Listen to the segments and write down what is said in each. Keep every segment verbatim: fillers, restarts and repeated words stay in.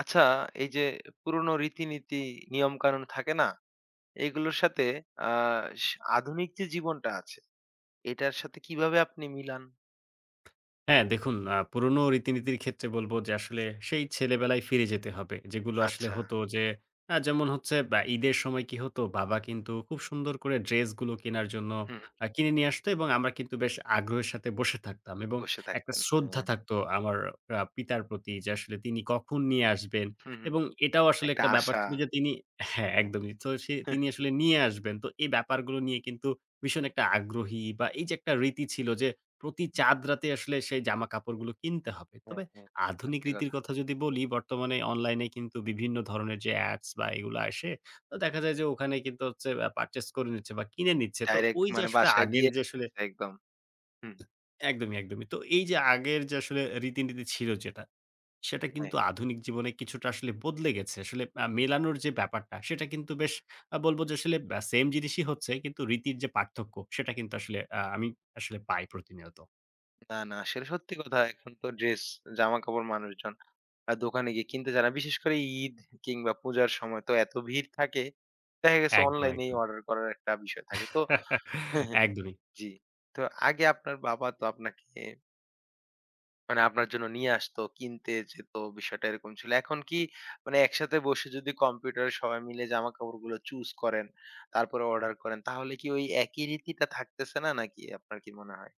আচ্ছা, এই যে পুরনো রীতিনীতি, নিয়মকানুন থাকে না? এগুলোর সাথে আ স আধুনিক যে জীবনটা আছে, এটার সাথে কিভাবে আপনি মিলান? হ্যাঁ, দেখুন আ পুরনো রীতিনীতির ক্ষেত্রে বলব যে আসলে সেই ছেলেবেলায় ফিরে যেতে হবে। যেগুলো আসলে আচ্ছা। হতো যে আ যেমন হচ্ছে বা ঈদের সময় কি হতো বাবা কিন্তু খুব সুন্দর করে ড্রেসগুলো কেনার জন্য হুম, হুম, আ কিনে নিয়ে আসতো এবং আমরা কিন্তু বেশ আগ্রহের সাথে বসে থাকতাম এবং বসে একটা থাকতেন। শ্রদ্ধা হ্যাঁ। থাকতো আমার আ পিতার প্রতি যে আসলে তিনি কখন নিয়ে আসবেন হুম, হুম। এবং এটাও আসলে একটা একটা ব্যাপার আশা। ছিল যে তিনি হ্যাঁ, হ্যাঁ। একদমই। তো সে তিনি আসলে নিয়ে আসবেন। তো এই ব্যাপারগুলো নিয়ে কিন্তু ভীষণ একটা আগ্রহী বা এই যে একটা রীতি ছিল যে প্রতি চাঁদ রাতে আসলে সেই জামা কাপড়গুলো কিনতে হবে। হ্যাঁ, তবে হ্যাঁ। আধুনিক সত্যি রীতির কথা। কথা যদি বলি, বর্তমানে অনলাইনে কিন্তু বিভিন্ন ধরনের যে অ্যাপস বা এগুলো আসে, তো দেখা যায় যে ওখানে কিন্তু হচ্ছে আ পারচেজ করে নিচ্ছে বা কিনে নিচ্ছে। তো ডাইরেক্ট ওই যে মানে আসলে বাসায় আগের দিয়ে যে আসলে একদম। হুম। একদমই, একদমই। তো এই যে আগের যে আসলে রীতিনীতি ছিল যেটা, সেটা হ্যাঁ। কিন্তু আধুনিক জীবনে কিছুটা আসলে বদলে গেছে। আসলে আ মেলানোর যে ব্যাপারটা, সেটা কিন্তু বেশ আ বলব যে আসলে আ সেইম জিনিসই হচ্ছে কিন্তু রীতির যে পার্থক্য, সেটা কিন্তু আসলে আ আমি আসলে পাই প্রতিনিয়ত। না, না আসলে সত্যি কথা। এখন তো ড্রেস, জামাকাপড় মানুষজন আর দোকানে গিয়ে কিনতে চায় না। বিশেষ করে ঈদ কিংবা পূজার সময় তো এত ভিড় থাকে। দেখা গেছে একদম, অনলাইনেই একদম। অর্ডার করার একটা বিষয় থাকে। তো একদমই। জি। তো আগে আপনার বাবা তো আপনাকে মানে আপনার জন্য নিয়ে আসতো, কিনতে যেত, বিষয়টা এরকম ছিল। এখন কি মানে একসাথে বসে যদি কম্পিউটারে সবাই মিলে জামাকাপড়গুলো চুজ করেন, তারপরে অর্ডার করেন, তাহলে কি ওই একই রীতিটা থাকতেছে না নাকি আপনার কি মনে হয়?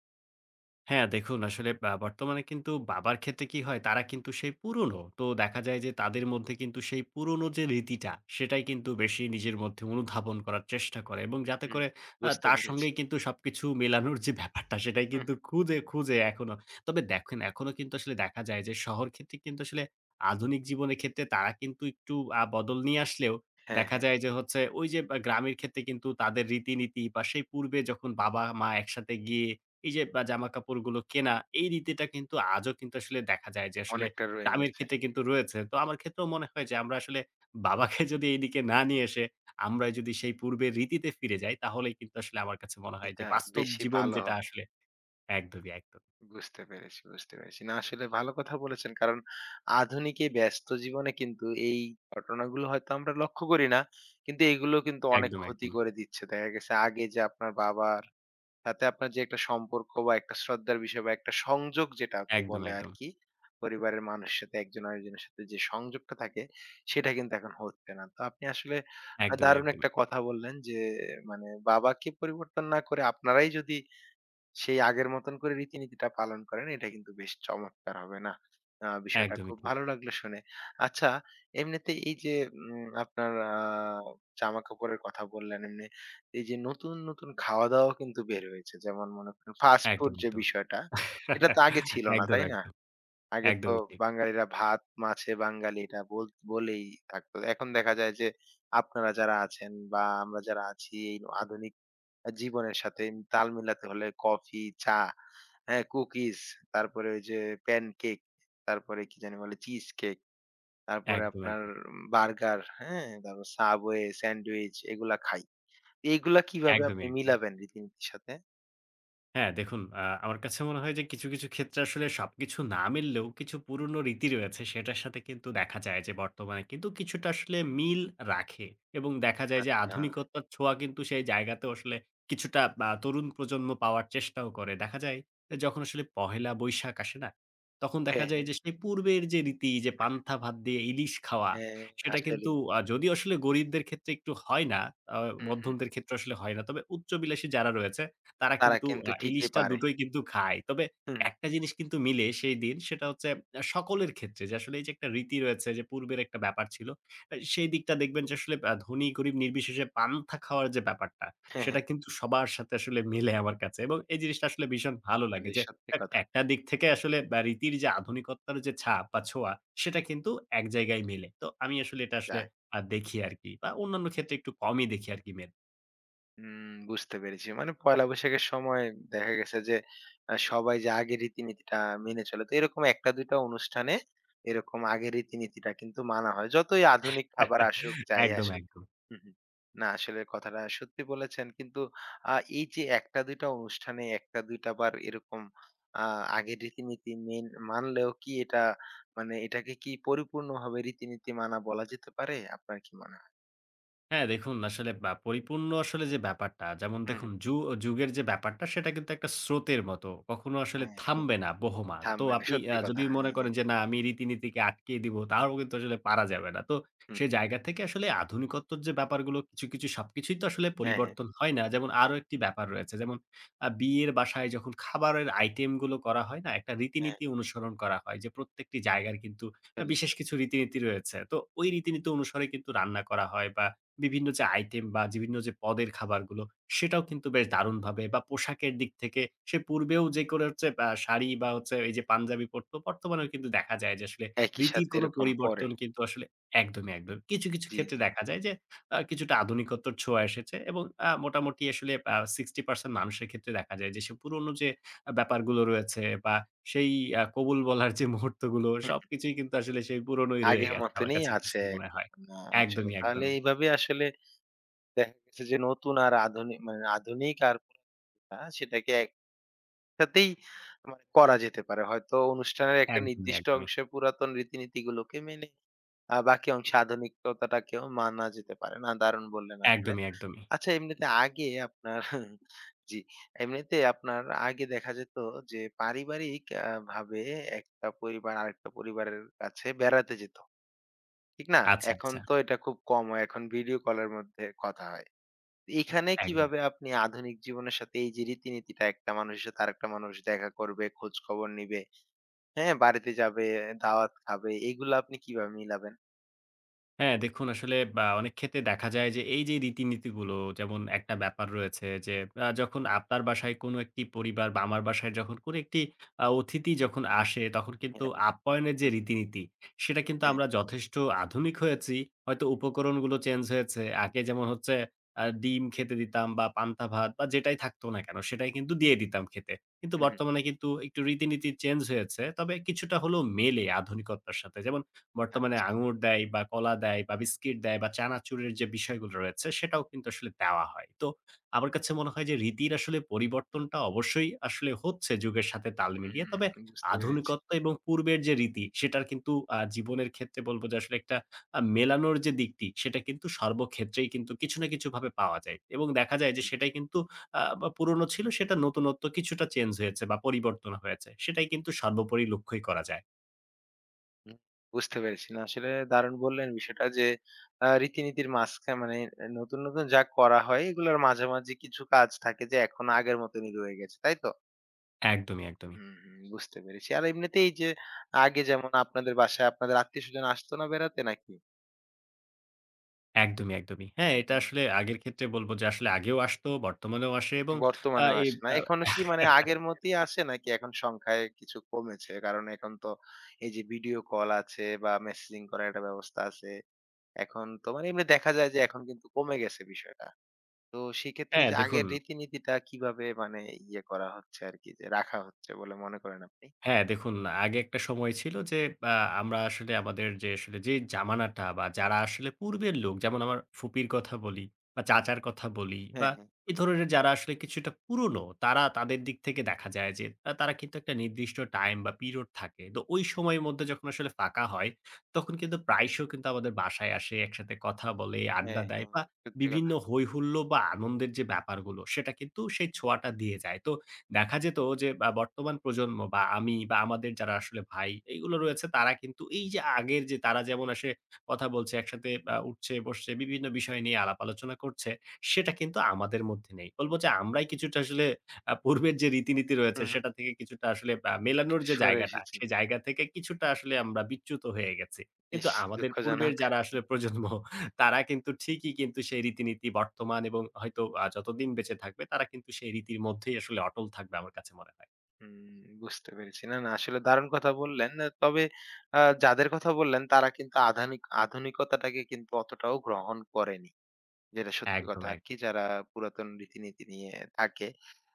হ্যাঁ, দেখুন আসলে বা বর্তমানে কিন্তু বাবার ক্ষেত্রে কি হয় তারা কিন্তু সেই পুরনো। তো দেখা যায় যে তাদের মধ্যে কিন্তু সেই পুরনো যে রীতিটা সেটাই কিন্তু বেশি নিজের মধ্যে অনুধাবন করার চেষ্টা করে এবং যাতে হুম, করে আ বুঝতে তার পেরেছি। সঙ্গেই কিন্তু সবকিছু মেলানোর যে ব্যাপারটা সেটাই হুম, কিন্তু হুম। খুঁজে, খুঁজে এখনো। তবে দেখেন এখনো কিন্তু আসলে দেখা যায় যে শহর ক্ষেত্রিক কিন্তু আসলে আধুনিক জীবনের ক্ষেত্রে তারা কিন্তু একটু আ বদল নিয়ে আসলেও হ্যাঁ, দেখা হ্যাঁ। যায় যে হচ্ছে ওই যে বা গ্রামের ক্ষেত্রে কিন্তু তাদের রীতিনীতি বা সেই পূর্বে যখন বাবা-মা একসাথে গিয়ে এই যে বা জামাকাপড়গুলো কেনা, এই রীতিটা কিন্তু আজও কিন্তু আসলে দেখা যায় যে আসলে অনেকটা রয়ে দামের গেছে। ক্ষেত্রে কিন্তু রয়েছে। তো আমার ক্ষেত্রেও মনে হয় যে আমরা আসলে বাবাকে যদি এইদিকে না হুম, নিয়ে এসে আমরা যদি সেই পূর্বের রীতিতে ফিরে যাই তাহলেই কিন্তু আসলে আমার কাছে মনে হয় যে এটা বাস্তব বেশি জীবন ভালো যেটা হবে। আসলে একদমই, একদম, বুঝতে পেরেছি, বুঝতে পেরেছি। না আসলে ভালো কথা বলেছেন। কারণ আধুনিক এই ব্যস্ত জীবনে কিন্তু এই ঘটনাগুলো হয়তো আমরা লক্ষ্য করি না। কিন্তু এগুলো কিন্তু অনেক একদম, ক্ষতি একদম, করে দিচ্ছে। দেখা গেছে আগে যে আপনার বাবার সাথে আপনার যে একটা সম্পর্ক বা একটা শ্রদ্ধার বিষয় বা একটা সংযোগ যেটাকে একদম, বলে একদম, আরকি। পরিবারের মানুষের সাথে একজন আরেকজনের সাথে যে সংযোগটা থাকে সেটা কিন্তু এখন হচ্ছে না। তো আপনি আসলে আ একদমই, দারুণ একদমই, একটা কথা বললেন যে মানে বাবাকে পরিবর্তন না করে আপনারাই যদি সেই আগের মতন করে রীতিনীতিটা পালন করেন, এটা কিন্তু বেশ চমৎকার হবে, না? আ বিষয়টা একদমই খুব ঠিক। ভালো লাগলো শুনে। আচ্ছা, এমনিতে এই যে উম আপনার আ জামাকাপড়ের কথা বললেন, এমনি এই যে নতুন, নতুন খাওয়া-দাওয়াও কিন্তু বের হয়েছে। যেমন মনে করেন ফাস্ট ফুড একদম, যে একদম। বিষয়টা, এটা তো আগে ছিল না, একদম, তাই না? একদম। আগে তো একদমই ঠিক। বাঙালিরা ভাত মাছে বাঙালি এটা বল বলেই থাকতো। এখন দেখা যায় যে আপনারা যারা আছেন বা আমরা যারা আছি এই আধুনিক জীবনের সাথে তাল মিলাতে হলে কফি, চা, হ্যাঁ? কুকিজ, তারপরে ওই যে প্যানকেক, তারপরে কি জানি বলে? চিজ কেক, তারপরে একদম, আপনার একদম। বার্গার, হ্যাঁ? তারপর সাবওয়ে, স্যান্ডউইচ এগুলা খাই। এইগুলা কিভাবে একদমই, আপনি একদমই। মিলাবেন রীতিনীতির সাথে? হ্যাঁ, দেখুন আ আমার কাছে মনে হয় যে কিছু, কিছু ক্ষেত্রে আসলে সবকিছু না মিললেও কিছু পুরনো রীতি রয়েছে সেটার সাথে কিন্তু দেখা যায় যে বর্তমানে কিন্তু কিছুটা আসলে মিল রাখে এবং দেখা যায় যে আচ্ছা। আধুনিকতার ছোঁয়া কিন্তু সেই জায়গাতেও আসলে কিছুটা আ তরুণ প্রজন্ম পাওয়ার চেষ্টাও করে। দেখা যায় যে যখন আসলে পহেলা বৈশাখ আসে না? তখন দেখা হ্যাঁ, যায় হ্যাঁ। যে সেই পূর্বের যে রীতি যে পান্তা ভাত দিয়ে ইলিশ খাওয়া হ্যাঁ, সেটা কিন্তু আসলেই। আ যদিও আসলে গরিবদের ক্ষেত্রে একটু হয় না, আ হুম, হুম। মধ্যমদের ক্ষেত্রে আসলে হয় না। তবে উচ্চবিলাসী যারা রয়েছে তারা তারা কিন্তু কিন্তু আ ঠিকই ইলিশটা পারে। দুটোই কিন্তু খায়। তবে হুম। একটা জিনিস কিন্তু মিলে সেই দিন সেটা হচ্ছে আ সকলের ক্ষেত্রে যে আসলে এই যে একটা রীতি রয়েছে যে পূর্বের একটা ব্যাপার ছিল। আ সেই দিকটা দেখবেন যে আসলে আ ধনী গরিব নির্বিশেষে পান্তা খাওয়ার যে ব্যাপারটা হ্যাঁ, হ্যাঁ। সেটা কিন্তু সবার সাথে আসলে মিলে আমার কাছে এবং এই জিনিসটা আসলে ভীষণ ভালো লাগে আসলেই যে সত্যি এক কথা। একটা দিক থেকে আসলে বা রীতির যে আধুনিকত্বের যে ছাপ বা ছোঁয়া সেটা কিন্তু এক জায়গায় মেলে। তো আমি আসলে এটা যা আসলে আ দেখি আরকি বা অন্যান্য ক্ষেত্রে একটু কমই দেখি আরকি মেলে। হুম, বুঝতে পেরেছি। মানে পয়লা বৈশাখের সময় দেখা গেছে যে আ সবাই যে আগের রীতিনীতিটা মেনে চলে। তো এরকম এক টা দুই টা অনুষ্ঠানে এরকম আগের রীতিনীতিটা কিন্তু মানা হয়। যতই আধুনিক খাবার আসুক, যাই একদম, আসুক। একদম। হুম, হুম। না আসলে কথাটা সত্যি বলেছেন। কিন্তু আ এই যে এক টা দুই টা অনুষ্ঠানে এক টা দুই টা বার এরকম আ আগের রীতিনীতি মেন মানলেও কি এটা মানে এটাকে কি পরিপূর্ণভাবে রীতিনীতি মানা বলা যেতে পারে? আপনার কি মনে হয়? হ্যাঁ, দেখুন আসলে বা পরিপূর্ণ আসলে যে ব্যাপারটা, যেমন হুম, হুম। দেখুন যু যুগের যে ব্যাপারটা সেটা কিন্তু একটা স্রোতের মতো। কখনো আসলে হ্যাঁ, থামবে না বহমান। তো থামবে না। আপনি সত্যি আ যদি কথা। মনে হ্যাঁ। করেন যে, "না আমি রীতিনীতিকে আটকিয়ে দিব" তাও কিন্তু আসলে পারা যাবে না। তো হুম, সে জায়গা থেকে আসলে আধুনিকত্বর যে ব্যাপারগুলো কিছু, কিছু সবকিছুই তো আসলে হ্যাঁ, হ্যাঁ, পরিবর্তন হয় না। যেমন আরো একটি ব্যাপার রয়েছে। যেমন আ বিয়ের বাসায় যখন খাবারের আইটেমগুলো করা হয় না? একটা হ্যাঁ, রীতিনীতি অনুসরণ করা হয় যে, প্রত্যেকটি জায়গার কিন্তু আ আসলে বিশেষ কিছু রীতিনীতি রয়েছে। তো ওই রীতিনীতি অনুসারে কিন্তু রান্না করা হয় বা বিভিন্ন যে আইটেম বা বিভিন্ন যে পদের খাবারগুলো সেটাও কিন্তু বেশ দারুণভাবে বা পোশাকের দিক থেকে সে পূর্বেও যে করে হচ্ছে আ শাড়ি বা হচ্ছে এই যে পাঞ্জাবি পরতো বর্তমানেও কিন্তু দেখা যায় যে আসলে একই রীতির সাথে কোনো এরকম পড়ে। পরিবর্তন কিন্তু আসলে একদমই, একদমই। কিছু, কিছু জি, ক্ষেত্রে জি। দেখা যায় যে আ কিছুটা আধুনিকত্বর ছোঁয়া এসেছে এবং আ মোটামুটি আসলে আ ষাট শতাংশ মানুষের ক্ষেত্রে দেখা যায় যে সে পুরনো যে আ ব্যাপারগুলো রয়েছে বা সেই আ কবুল বলার যে মুহূর্তগুলো হুম, সবকিছুই কিন্তু আসলে সেই পুরনোই রয়ে আগের গেছে। আমার মতনই কাছে কিছু আছে মনে একদম। হয়। না আসলে একদমই, তাহলে একদমই। এইভাবে আসলে দেখা গেছে যে নতুন আর আধুনিক মানে আধুনিক আর আ সেটাকে একসাথেই মানে করা যেতে পারে। হয়তো অনুষ্ঠানের একটা একদমই, নির্দিষ্ট একদমই। অংশে পুরাতন রীতিনীতিগুলোকে মেনে আ বাকি অংশে আধুনিকতাটাকেও মানা যেতে পারে। না দারুণ বললেন আসলে। একদমই, একদমই। আচ্ছা এমনিতে আগে আপনার জি, এমনিতে আপনার আগে দেখা যেত যে পারিবারিক আ ভাবে একটা পরিবার আরেকটা পরিবারের কাছে বেড়াতে যেত। ঠিক না? আচ্ছা, এখন আচ্ছা। তো এটা খুব কম হয়। এখন ভিডিও কলের মধ্যে কথা হয়। এখানে একদম। কিভাবে আপনি আধুনিক জীবনের সাথে এই যে রীতিনীতিটা একটা মানুষের সাথে আরেকটা মানুষ দেখা করবে, খোঁজ খবর নিবে, হ্যাঁ? বাড়িতে যাবে, দাওয়াত খাবে, এগুলো আপনি কিভাবে মিলাবেন? হ্যাঁ, দেখুন আসলে বা অনেক ক্ষেত্রে দেখা যায় যে এই যে রীতিনীতিগুলো যেমন একটা ব্যাপার রয়েছে যে আ যখন আপনার বাসায় কোনো একটি পরিবার বা আমার বাসায় যখন কোনো একটি আ অতিথি যখন আসে তখন হ্যাঁ, কিন্তু হ্যাঁ। আপ্যায়নের যে হুম, রীতিনীতি সেটা কিন্তু হ্যাঁ। আমরা যথেষ্ট আধুনিক হয়েছি। হয়তো উপকরণগুলো চেঞ্জ হয়েছে। আগে যেমন হচ্ছে আ ডিম খেতে দিতাম বা পান্তা ভাত বা যেটাই থাকতো না কেন সেটাই কিন্তু দিয়ে দিতাম খেতে। কিন্তু হুম, হুম। বর্তমানে কিন্তু একটু রীতিনীতি চেঞ্জ হয়েছে। তবে কিছুটা হলেও মেলে আধুনিকতার সাথে। যেমন বর্তমানে আচ্ছা। আঙুর দেয় বা কলা দেয় বা বিস্কিট দেয় বা চানাচুরের যে বিষয়গুলো রয়েছে সেটাও কিন্তু আসলে দেওয়া হয়। তো আমার কাছে মনে হয় যে রীতির আসলে পরিবর্তনটা অবশ্যই আসলে হচ্ছে যুগের সাথে তাল মিলিয়ে। হুম, তবে বুঝতে পেরেছি। আধুনিকত্ব এবং পূর্বের যে রীতি সেটার কিন্তু আ জীবনের ক্ষেত্রে বলব যে আসলে একটা আ মেলানোর যে দিকটি সেটা কিন্তু সর্বক্ষেত্রেই কিন্তু কিছু না কিছুভাবে পাওয়া যায়। এবং দেখা যায় যে সেটাই কিন্তু আ বা পুরনো ছিল সেটা নতুনত্ব কিছুটা চেঞ্জ হয়েছে বা পরিবর্তন হয়েছে। সেটাই কিন্তু সর্বোপরি লক্ষ্যই করা যায়। হুম, বুঝতে পেরেছি। না আসলে দারুণ বললেন বিষয়টা যে, আ রীতিনীতির মাঝখা মানে নতুন, নতুন যা করা হয় এগুলোর মাঝামাঝি কিছু কাজ থাকে যে এখন আগের মতনই রয়ে গেছে। তাই তো? একদমই, একদমই। হুম, হুম, বুঝতে পেরেছি। আর এমনিতেই এই যে আগে যেমন আপনাদের বাসায় আপনাদের আত্মীয়স্বজন আসতো না বেড়াতে নাকি? একদমই, একদমই। হ্যাঁ, এটা হুম। আসলে আগের ক্ষেত্রে বলব যে আসলে আগেও আসতো, বর্তমানেও আসে এবং আ বর্তমানেও এই আসে না। আ এখনো কি মানে আগের মতই আসে নাকি এখন সংখ্যায় কিছু কমেছে? কারণ এখন তো এই যে ভিডিও কল আছে বা মেসেজিং করার একটা ব্যবস্থা আছে। এখন তো মানে এমনি দেখা যায় যে এখন কিন্তু কমে গেছে বিষয়টা। তো সেক্ষেত্রে হ্যাঁ, যে দেখুন আগের রীতিনীতিটা কিভাবে মানে ইয়ে করা হচ্ছে আরকি যে রাখা হচ্ছে বলে মনে করেন আপনি? হ্যাঁ, দেখুন আগে একটা সময় ছিল যে আ আমরা আসলে আমাদের যে আসলে যে জামানাটা বা যারা আসলে পূর্বের লোক যেমন আমার ফুপির কথা বলি বা চাচার কথা বলি হ্যাঁ, বা হ্যাঁ। এ ধরনের যারা আসলে কিছুটা পুরনো তারা তাদের দিক থেকে দেখা যায় যে আ তারা কিন্তু একটা নির্দিষ্ট টাইম বা পিরিয়ড থাকে। তো ওই সময়ের মধ্যে যখন আসলে ফাঁকা হয় তখন কিন্তু প্রায়শ কিন্তু আমাদের বাসায় আসে, একসাথে কথা বলে, হ্যাঁ, আড্ডা দেয় হ্যাঁ, বা সত্যি কথা। বিভিন্ন হই হুল্লোড় বা আনন্দের যে ব্যাপারগুলো সেটা কিন্তু সেই ছোঁয়াটা দিয়ে যায়। তো দেখা যেত যে বা বর্তমান প্রজন্ম বা আমি বা আমাদের যারা আসলে ভাই এইগুলো রয়েছে তারা কিন্তু এই যে আগের যে তারা যেমন আসে কথা বলছে একসাথে আ উঠছে বসছে বিভিন্ন বিষয় নিয়ে আলাপ আলোচনা করছে সেটা কিন্তু আমাদের মধ্যে নেই। বলব যে আমরাই কিছুটা আসলে আ পূর্বের যে রীতিনীতি রয়েছে হুম, হুম। সেটা থেকে কিছুটা আসলে আ মেলানোর একটু যে সরে জায়গাটা এসেছেন। সেই জায়গা থেকে কিছুটা আসলে আমরা বিচ্যুত হয়ে গেছি। কিন্তু ইস! আমাদের পূর্বের দুঃখজনক। যারা আসলে প্রজন্ম তারা কিন্তু ঠিকই কিন্তু সেই রীতিনীতি বর্তমান এবং হয়তো আ যতদিন বেঁচে থাকবে তারা কিন্তু সেই রীতির মধ্যেই আসলে অটল থাকবে আমার কাছে মনে হয়। হুম, বুঝতে পেরেছি। না, না আসলে দারুণ কথা বললেন। আ তবে আ যাদের কথা বললেন তারা কিন্তু আধানিক আধুনিকতাটাকে কিন্তু অতটাও গ্রহণ করেনি। যেটা সত্যি একদম, কথা এক আরকি যারা পুরাতন রীতিনীতি নিয়ে থাকে।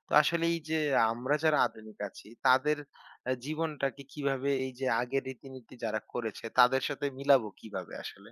তো আসলে এই যে আমরা যারা আধুনিক আছি তাদের আ জীবনটাকে কিভাবে এই যে আগের রীতিনীতি যারা করেছে তাদের সাথে মিলাবো কিভাবে আসলে?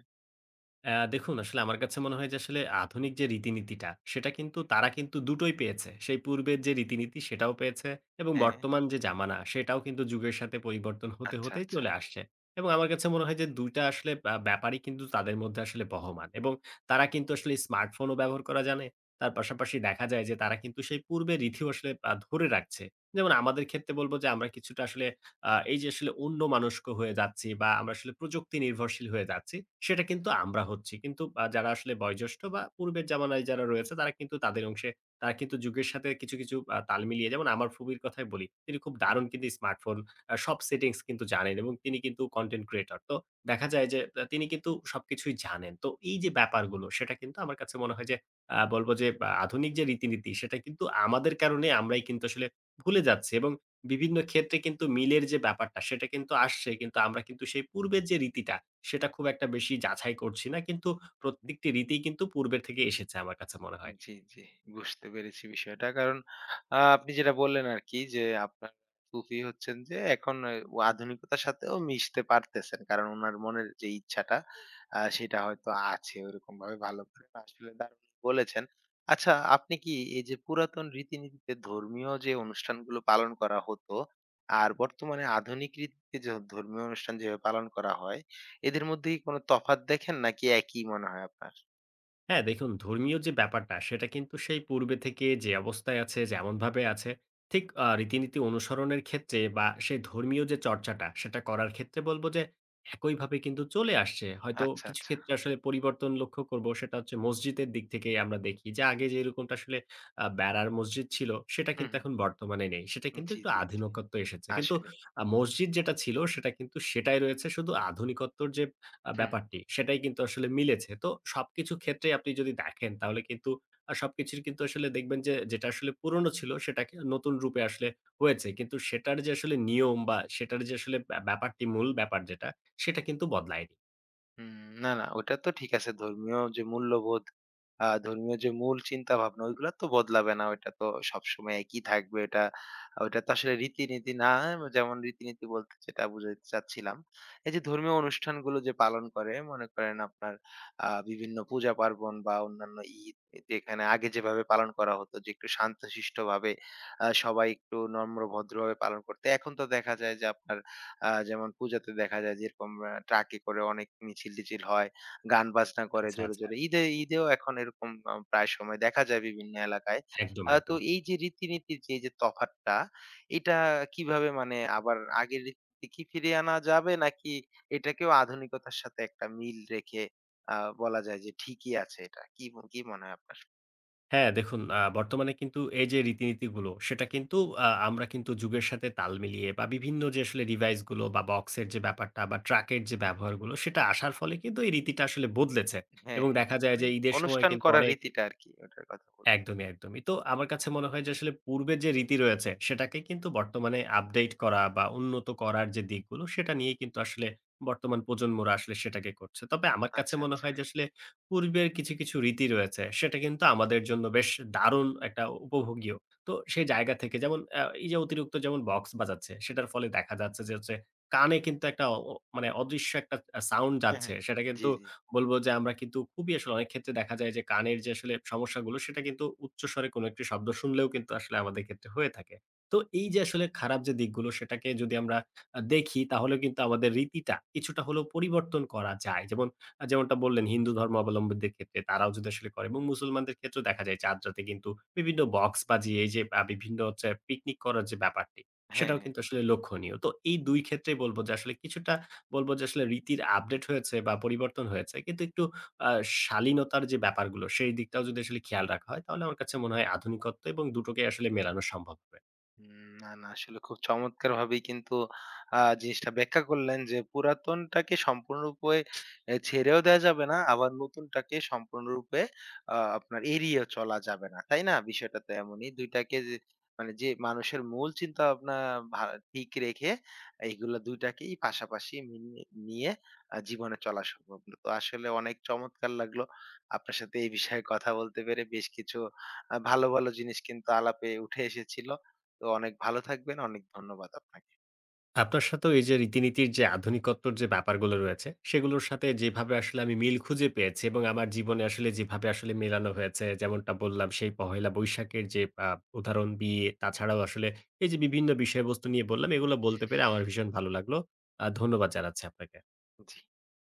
অ্যা দেখুন আসলে আমার কাছে মনে হয় যে আসলে আধুনিক যে রীতিনীতিটা, সেটা কিন্তু তারা কিন্তু দুটোই পেয়েছে। সেই পূর্বের যে রীতিনীতি সেটাও পেয়েছে এবং হ্যাঁ, বর্তমান যে জামানা সেটাও কিন্তু যুগের সাথে পরিবর্তন হতে, আচ্ছা, হতেই আচ্ছা। চলে আসছে। এবং আমার কাছে মনে হয় যে দুই টা আসলে ব্যা ব্যাপারই কিন্তু তাদের মধ্যে আসলে বহমান। এবং তারা কিন্তু আসলে স্মার্টফোনও ব্যবহার করা জানে। তার পাশাপাশি দেখা যায় যে তারা কিন্তু সেই পূর্বের রীতিও আসলে আ ধরে রাখছে। যেমন আমাদের ক্ষেত্রে বলব যে আমরা কিছুটা আসলে আ এই যে আসলে অন্য মানস্ক হয়ে যাচ্ছি বা আমরা আসলে প্রযুক্তি নির্ভরশীল হয়ে যাচ্ছি, সেটা কিন্তু আমরা হচ্ছি। কিন্তু আ যারা আসলে বয়োজ্যেষ্ঠ বা পূর্বের জামানায় যারা রয়েছে তারা কিন্তু তাদের অংশে তারা কিন্তু যুগের সাথে কিছু, কিছু আ তাল মিলিয়ে যেমন আমার ফুপির কথাই বলি। তিনি খুব দারুণ কিন্তু স্মার্টফোন আ সব সেটিংস কিন্তু জানেন এবং তিনি কিন্তু কনটেন্ট ক্রিয়েটর। তো দেখা যায় যে আ তিনি কিন্তু সবকিছুই জানেন। তো এই যে ব্যাপারগুলো সেটা কিন্তু আমার কাছে মনে হয় যে আ বলব যে আ আধুনিক যে রীতিনীতি সেটা কিন্তু আমাদের কারণে আমরাই কিন্তু আসলে ভুলে যাচ্ছি এবং বিভিন্ন ক্ষেত্রে কিন্তু মিলের যে ব্যাপারটা সেটা কিন্তু আসছে। কিন্তু আমরা কিন্তু সেই পূর্বের যে রীতিটা সেটা খুব একটা বেশি যাচাই করছি না। কিন্তু প্রত্যেকটি রীতিই কিন্তু পূর্বের থেকে এসেছে আমার কাছে মনে হয়। জি, জি। বুঝতে পেরেছি বিষয়টা। কারণ আ আপনি যেটা বললেন আরকি যে, আপনার ফুফি হচ্ছেন যে এখন আহ, ও আধুনিকতার সাথেও মিশতে পারতেছেন। কারণ উনার মনের যে ইচ্ছাটা আ সেটা হয়তো আছে ওরকমভাবে ভালো করে। আসলে দারুণ বলেছেন। আচ্ছা, আপনি কি এই যে পুরাতন রীতিনীতিতে ধর্মীয় যে অনুষ্ঠানগুলো পালন করা হতো, আর বর্তমানে আধুনিক রীতিতে যে ধর্মীয় অনুষ্ঠান যেভাবে পালন করা হয়, এদের মধ্যে কি কোনো তফাৎ দেখেন নাকি একই মনে হয় আপনার? হ্যাঁ, দেখুন ধর্মীয় যে ব্যাপারটা সেটা কিন্তু সেই পূর্বে থেকে যে অবস্থায় আছে, যেমনভাবে আছে ঠিক আ রীতিনীতি অনুসরণের ক্ষেত্রে বা সেই ধর্মীয় যে চর্চাটা সেটা করার ক্ষেত্রে বলব যে একইভাবে কিন্তু চলে আসছে। হয়তো আচ্ছা, কিছু আচ্ছা। ক্ষেত্রে আসলে পরিবর্তন লক্ষ্য করব সেটা হচ্ছে মসজিদের দিক থেকেই আমরা দেখি যে আগে যেরকমটা আসলে আ বেড়ার মসজিদ ছিল সেটা হুম, কিন্তু হুম। এখন বর্তমানে নেই। সেটা কিন্তু জি, একটু জি। আধুনিকত্ব এসেছে। কিন্তু আসলেই। আ মসজিদ যেটা ছিল সেটা কিন্তু সেটাই রয়েছে। শুধু আধুনিকত্বর যে আ হুম, হুম। ব্যাপারটি সেটাই কিন্তু আসলে মিলেছে। তো সবকিছু ক্ষেত্রেই আপনি যদি দেখেন তাহলে কিন্তু আ সবকিছুর কিন্তু আসলে দেখবেন যে যেটা আসলে পুরনো ছিল সেটাকে নতুন রূপে আসলে হয়েছে। কিন্তু সেটার যে আসলে নিয়ম বা সেটার যে আসলে ব্যা ব্যাপারটি মূল ব্যাপার যেটা সেটা কিন্তু বদলায়নি। হুম, না, না ওটা তো ঠিক আছে। ধর্মীয় যে মূল্যবোধ, আ ধর্মীয় যে মূল চিন্তা ভাবনা ওইগুলা তো বদলাবে না। ওইটা তো সবসময় একই থাকবে। ওটা, ওটা তো আসলে রীতিনীতি না। যেমন রীতিনীতি বলতে যেটা বুঝাইতে চাচ্ছিলাম। এই যে ধর্মীয় অনুষ্ঠানগুলো যে পালন করে মনে করেন আপনার আ বিভিন্ন পূজা পার্বণ বা অন্যান্য ঈদ যেখানে আগে যেভাবে পালন করা হতো যে একটু শান্তশিষ্টভাবে আ সবাই একটু নম্র ভদ্রভাবে পালন করত। এখন তো দেখা যায় যে আপনার আ যেমন পূজাতে দেখা যায় যেরকম আ ট্রাকে করে অনেক মিছিল-টিছিল হয়। গান বাজনা করে আচ্ছা, জোরে, আচ্ছা। জোরে। ঈদে ঈদেও এখন এরকম আ প্রায় সময় দেখা যায় বিভিন্ন এলাকায়। একদম, আ তো একদম। এই যে রীতিনীতির যে, যে তফাৎটা, এটা কিভাবে মানে আবার আগের রীতিতে কি ফিরিয়ে আনা যাবে? নাকি এটাকেও আধুনিকতার সাথে একটা মিল রেখে আ বলা যায় যে ঠিকই আছে এটা। কি ম কি মনে হয় আপনার? হ্যাঁ, দেখুন আ বর্তমানে কিন্তু এই যে রীতিনীতিগুলো সেটা কিন্তু আ আমরা কিন্তু যুগের সাথে তাল মিলিয়ে বা বিভিন্ন যে আসলে ডিভাইস গুলো বা বক্সের যে ব্যাপারটা বা ট্রাকের যে ব্যবহারগুলো সেটা আসার ফলে কিন্তু এই রীতিটা আসলে বদলেছে। হ্যাঁ, এবং হ্যাঁ। দেখা যায় মানে যে ঈদের সময় অনুষ্ঠান কিন্তু করার অনেক রীতিটা আরকি ওটার কথা বল একদমই, একদমই। তো আমার কাছে মনে হয় যে আসলে পূর্বের যে রীতি রয়েছে সেটাকে কিন্তু বর্তমানে আপডেট করা বা উন্নত করার যে দিকগুলো সেটা নিয়ে কিন্তু আসলে বর্তমান প্রজন্মরা আসলে সেটাকে করছে। তবে আমার কাছে আচ্ছা, মনে আচ্ছা। হয় যে আসলে পূর্বের কিছু, কিছু রীতি রয়েছে সেটা কিন্তু আমাদের জন্য বেশ দারুণ একটা উপভোগীয়। তো সেই জায়গা থেকে যেমন আ এই যে অতিরিক্ত যেমন বক্স বাজাচ্ছে সেটার ফলে দেখা যাচ্ছে যে হচ্ছে কানে কিন্তু একটা অ মানে অদৃশ্য একটা আ সাউন্ড হ্যাঁ, হ্যাঁ। যাচ্ছে সেটা জি, কিন্তু জি। বলব যে আমরা কিন্তু খুবই আসলে অনেক ক্ষেত্রে দেখা যায় যে কানের যে আসলে সমস্যাগুলো সেটা কিন্তু উচ্চস্বরে কোনো একটি শব্দ শুনলেও কিন্তু আসলে আমাদের ক্ষেত্রে হয়ে থাকে। তো এই যে আসলে খারাপ যে দিকগুলো সেটাকে যদি আমরা আ দেখি তাহলে কিন্তু আমাদের রীতিটা কিছুটা হলেও পরিবর্তন করা যায়। যেমন আ যেমনটা বললেন হিন্দু ধর্মাবলম্বীদের ক্ষেত্রে তারাও যদি আসলে করে এবং মুসলমানদের ক্ষেত্রেও দেখা যায় চাঁদ রাতে কিন্তু বিভিন্ন বক্স বাজিয়ে এই যে আ বিভিন্ন হচ্ছে পিকনিক করার যে ব্যাপারটি হ্যাঁ, সেটাও হ্যাঁ। কিন্তু আসলে লক্ষণীয়। তো এই দুই ক্ষেত্রেই বলব যে আসলে কিছুটা বলব যে আসলে রীতির আপডেট হয়েছে বা পরিবর্তন হয়েছে। কিন্তু একটু আ শালীনতার যে ব্যাপারগুলো সেই দিকটাও যদি আসলে খেয়াল রাখা হয় তাহলে আমার কাছে মনে হয় আধুনিকত্ব এবং দুটোকে আসলে মেলানো সম্ভব হবে। উম না, না আসলে খুব চমৎকারভাবেই কিন্তু আ জিনিসটা ব্যাখ্যা করলেন যে পুরাতনটাকে সম্পূর্ণরূপে এ ছেড়েও দেয়া যাবে না, আবার নতুনটাকে সম্পূর্ণরূপে আ আপনার এড়িয়েও চলা যাবে না। তাই না? বিষয়টা তো এমনই। দুই টাকে যে মানে যে মানুষের মূল চিন্তাভাবনা ভা ঠিক রেখে এইগুলা দুই টাকেই পাশাপাশি মিলিয়ে নিয়ে আ জীবনে চলা সম্ভব। না। তো আসলে অনেক চমৎকার লাগলো আপনার সাথে এই বিষয়ে কথা বলতে পেরে। বেশ কিছু আ ভালো, ভালো জিনিস কিন্তু আলাপে উঠে এসেছিল। তো অনেক ভালো থাকবেন। অনেক ধন্যবাদ আপনাকে। আপনার সাথেও এই যে রীতিনীতির যে আধুনিকত্বর যে ব্যাপারগুলো রয়েছে সেগুলোর সাথে যেভাবে আসলে আমি মিল খুঁজে পেয়েছি এবং আমার জীবনে আসলে যেভাবে আসলে মেলানো হয়েছে যেমনটা বললাম সেই পহেলা বৈশাখের যে আ উদাহরণ দিয়ে তাছাড়াও আসলে এই যে বিভিন্ন বিষয়বস্তু নিয়ে বললাম এগুলো বলতে পেরে আমার ভীষণ ভালো লাগলো। আ ধন্যবাদ জানাচ্ছি আপনাকে। জি।